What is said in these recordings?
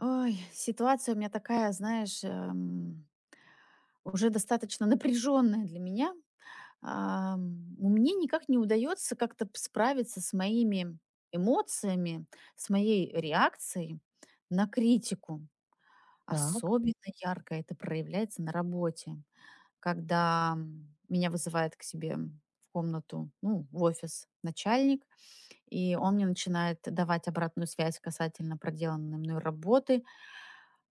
Ой, ситуация у меня такая, знаешь, уже достаточно напряженная для меня. Мне никак не удается как-то справиться с моими эмоциями, с моей реакцией на критику. Так, Особенно ярко это проявляется на работе, когда меня вызывает к себе в комнату, ну, в офис начальник, и он мне начинает давать обратную связь касательно проделанной мной работы,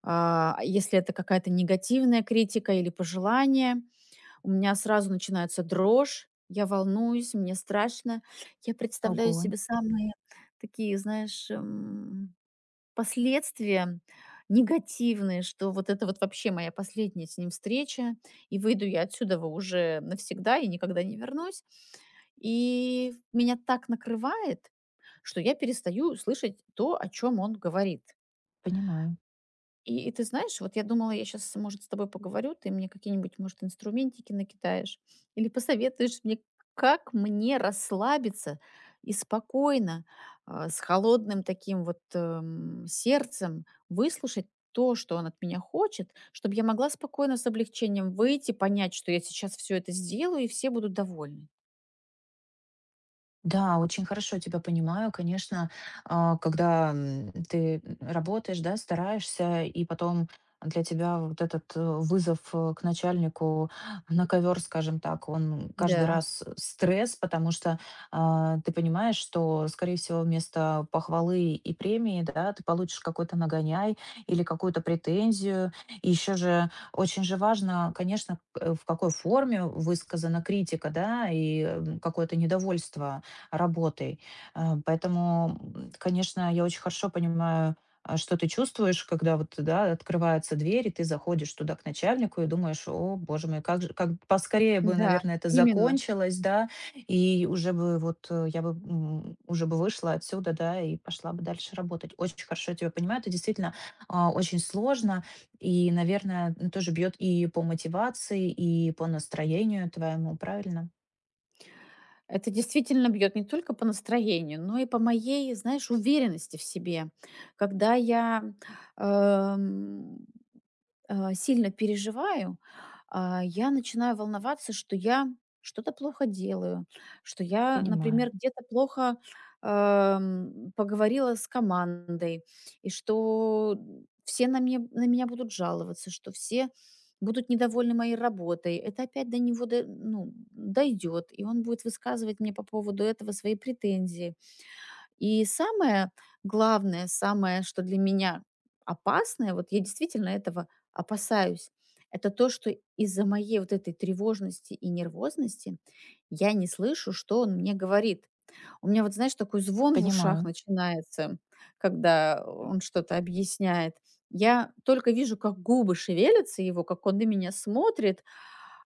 а если это какая-то негативная критика или пожелание, у меня сразу начинается дрожь, я волнуюсь, мне страшно. Я представляю огонь, себе самые такие, знаешь, последствия негативные, что вот это вот вообще моя последняя с ним встреча, и выйду я отсюда уже навсегда и никогда не вернусь. И меня так накрывает, что я перестаю слышать то, о чем он говорит. понимаю. И ты знаешь, вот я думала, я сейчас, может, с тобой поговорю, ты мне какие-нибудь, может, инструментики накидаешь или посоветуешь мне, как мне расслабиться и спокойно, а с холодным таким вот, сердцем выслушать то, что он от меня хочет, чтобы я могла спокойно с облегчением выйти, понять, что я сейчас все это сделаю и все будут довольны. Да, очень хорошо тебя понимаю, конечно, когда ты работаешь, да, стараешься, и потом для тебя вот этот вызов к начальнику на ковер, скажем так, он каждый Да, раз стресс, потому что ты понимаешь, что, скорее всего, вместо похвалы и премии, да, ты получишь какой-то нагоняй или какую-то претензию. И еще же очень же важно, конечно, в какой форме высказана критика, да, и какое-то недовольство работой. Поэтому, конечно, я очень хорошо понимаю, что ты чувствуешь, когда вот, да, открывается дверь, и ты заходишь туда к начальнику и думаешь: "О, боже мой, как же, как поскорее бы, да, наверное, это именно. закончилось, да, и уже бы вот, я бы, уже бы вышла отсюда, да, и пошла бы дальше работать". Очень хорошо я тебя понимаю, это действительно, очень сложно и, наверное, тоже бьет и по мотивации, и по настроению твоему, правильно? Это действительно бьет не только по настроению, но и по моей, знаешь, уверенности в себе. Когда я, эм, а сильно переживаю, а, я начинаю волноваться, что я что-то плохо делаю, что я, Понимаю, например, где-то плохо поговорила с командой, и что все на, мне, на меня будут жаловаться, что все будут недовольны моей работой. Это опять до него дойдет, ну, дойдёт, и он будет высказывать мне по поводу этого свои претензии. И самое главное, самое, что для меня опасное, вот я действительно этого опасаюсь, это то, что из-за моей вот этой тревожности и нервозности я не слышу, что он мне говорит. У меня вот, знаешь, такой звон в ушах понимаю, начинается, когда он что-то объясняет. Я только вижу, как губы шевелятся его, как он на меня смотрит,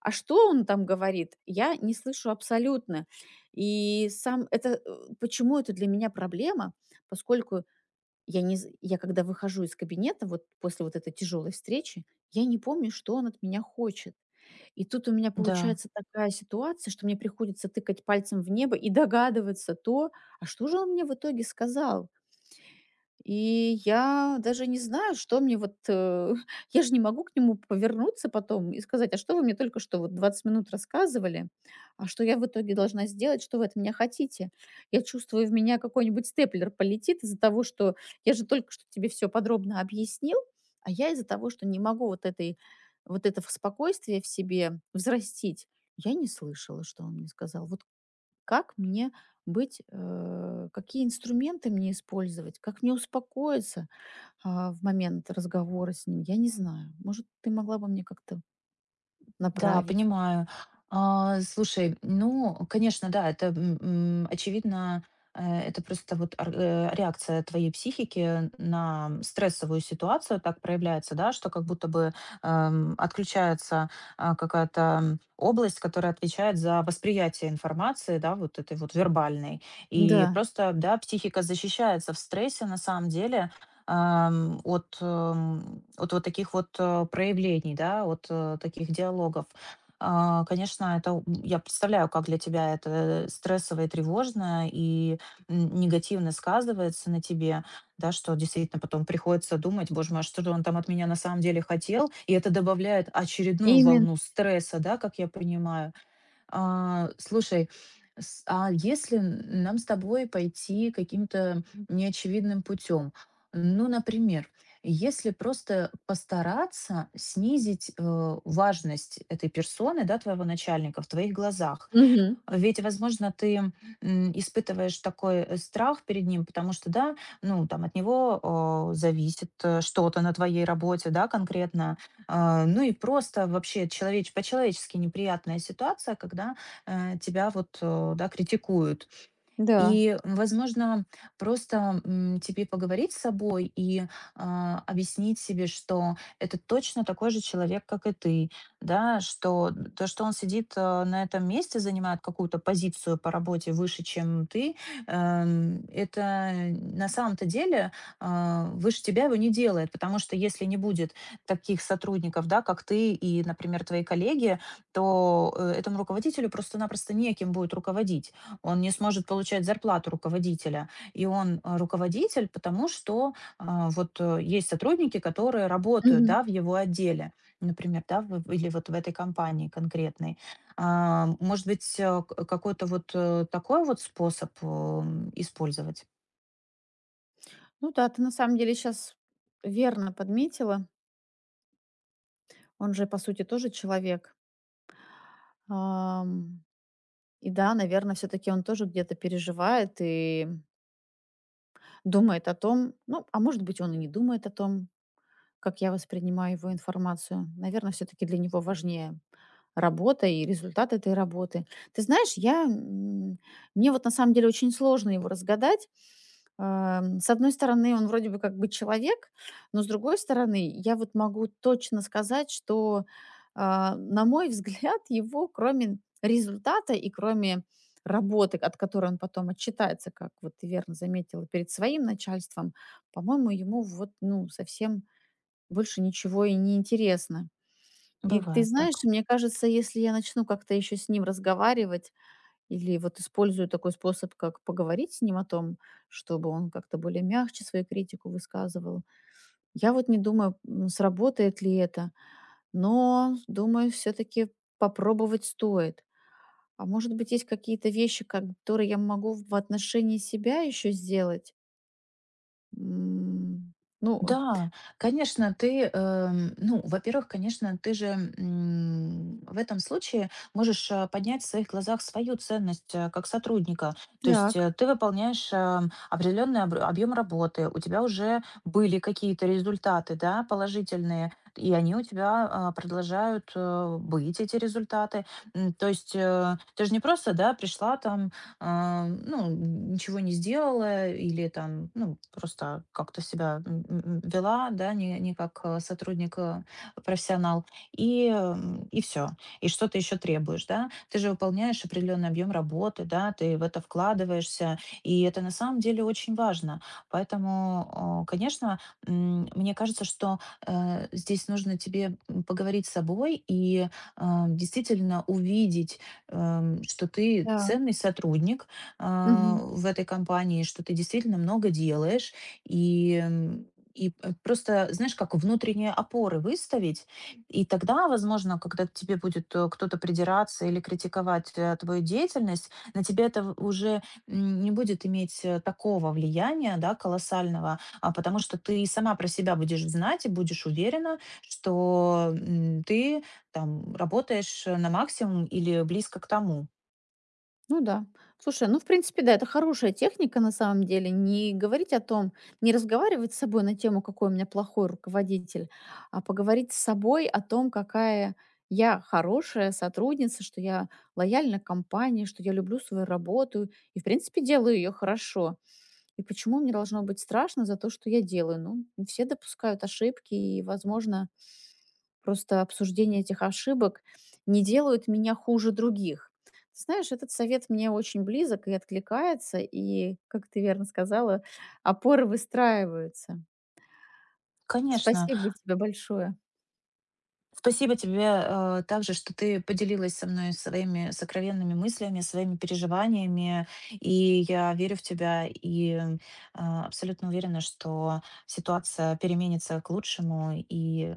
а что он там говорит, я не слышу абсолютно. И сам это, почему это для меня проблема? Поскольку я не з я когда выхожу из кабинета вот после вот этой тяжелой встречи, я не помню, что он от меня хочет. И тут у меня да. получается такая ситуация, что мне приходится тыкать пальцем в небо и догадываться то, а что же он мне в итоге сказал? И я даже не знаю, что мне вот, я же не могу к нему повернуться потом и сказать: "А что вы мне только что вот 20 минут рассказывали? А что я в итоге должна сделать? Что вы от меня хотите?" Я чувствую, в меня какой-нибудь степлер полетит из-за того, что я же только что тебе все подробно объяснил, а я из-за того, что не могу вот этой вот этого спокойствия в себе взрастить, я не слышала, что он мне сказал. Вот как мне быть, какие инструменты мне использовать, как мне успокоиться, а в момент разговора с ним, я не знаю. Может, ты могла бы мне как-то Да, направить? понимаю. Слушай, ну, конечно, да, это, очевидно, это просто вот реакция твоей психики на стрессовую ситуацию так проявляется, да, что как будто бы отключается какая-то область, которая отвечает за восприятие информации, да, вот этой вот вербальной. Да, И просто, да, психика защищается в стрессе на самом деле, от вот таких вот проявлений, да, от таких диалогов. Конечно, это я представляю, как для тебя это стрессово и тревожно, и негативно сказывается на тебе, да, что действительно потом приходится думать, боже мой, а что же он там от меня на самом деле хотел, и это добавляет очередную именно. волну стресса, да, как я понимаю. Слушай, а если нам с тобой пойти каким-то неочевидным путем? Ну, например, если просто постараться снизить важность этой персоны, да, твоего начальника в твоих глазах, Мгм. ведь, возможно, ты, испытываешь такой, страх перед ним, потому что, да, ну, там от него, зависит, что-то на твоей работе, да, конкретно. Ну и просто вообще человеч по-человечески неприятная ситуация, когда, тебя вот, да, критикуют. Да. И, возможно, просто, тебе поговорить с собой и, объяснить себе, что это точно такой же человек, как и ты, да, что то, что он сидит, на этом месте, занимает какую-то позицию по работе выше, чем ты, это на самом-то деле, выше тебя его не делает. Потому что если не будет таких сотрудников, да, как ты и, например, твои коллеги, то, этому руководителю просто-напросто неким будет руководить. Он не сможет получать зарплату руководителя. И он руководитель, потому что есть сотрудники, которые работают Мгм. да, в его отделе, например, да, или вот в этой компании конкретной. Может быть, какой-то вот такой вот способ использовать? Ну да, ты на самом деле сейчас верно подметила. Он же, по сути, тоже человек. Ам, и да, наверное, все таки он тоже где-то переживает и думает о том, ну, а может быть, он и не думает о том, как я воспринимаю его информацию. Наверное, все-таки для него важнее работа и результат этой работы. Ты знаешь, я, мне вот на самом деле очень сложно его разгадать. С одной стороны, он вроде бы как бы человек, но с другой стороны, я вот могу точно сказать, что а, на мой взгляд, его кроме результата и кроме работы, от которой он потом отчитается, как вот ты верно заметила, перед своим начальством, по-моему, ему вот, ну, совсем больше ничего и не интересно. И ты Бывает знаешь, так. мне кажется, если я начну как-то еще с ним разговаривать или вот использую такой способ, как поговорить с ним о том, чтобы он как-то более мягче свою критику высказывал, я вот не думаю, сработает ли это, но думаю, все-таки попробовать стоит. А может быть, есть какие-то вещи, которые я могу в отношении себя еще сделать? М, Ну, Да, конечно, ты, ну, во-первых, конечно, ты же в этом случае можешь поднять в своих глазах свою ценность как сотрудника. То есть так, ты выполняешь определенный объем работы, у тебя уже были какие-то результаты, да, положительные, и они у тебя продолжают быть, эти результаты. То есть ты же не просто, да, пришла там, ну, ничего не сделала или там, ну, просто как-то себя вела, да, не, не как сотрудник, профессионал, и, и все. И что ты еще требуешь, да? Ты же выполняешь определенный объем работы, да, ты в это вкладываешься, и это на самом деле очень важно. Поэтому, конечно, мне кажется, что здесь нужно тебе поговорить с собой и э, действительно увидеть, что ты ценный так. сотрудник Мгм. в этой компании, что ты действительно много делаешь, и просто, знаешь, как внутренние опоры выставить, и тогда, возможно, когда к тебе будет кто-то придираться или критиковать твою деятельность, на тебя это уже не будет иметь такого влияния, да, колоссального, а потому что ты сама про себя будешь знать и будешь уверена, что ты там работаешь на максимум или близко к тому. Ну да. Слушай, ну, в принципе, да, это хорошая техника на самом деле. Не говорить о том, не разговаривать с собой на тему, какой у меня плохой руководитель, а поговорить с собой о том, какая я хорошая сотрудница, что я лояльна компании, что я люблю свою работу и, в принципе, делаю ее хорошо. И почему мне должно быть страшно за то, что я делаю? Ну, все допускают ошибки, и, возможно, просто обсуждение этих ошибок не делают меня хуже других. Ты знаешь, этот совет мне очень близок и откликается, и, как ты верно сказала, опоры выстраиваются. Конечно. Спасибо тебе большое. Спасибо тебе также, что ты поделилась со мной своими сокровенными мыслями, своими переживаниями. И я верю в тебя и абсолютно уверена, что ситуация переменится к лучшему, и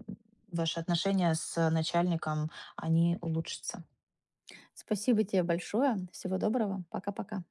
ваши отношения с начальником, они улучшатся. Спасибо тебе большое. Всего доброго. Пока-пока.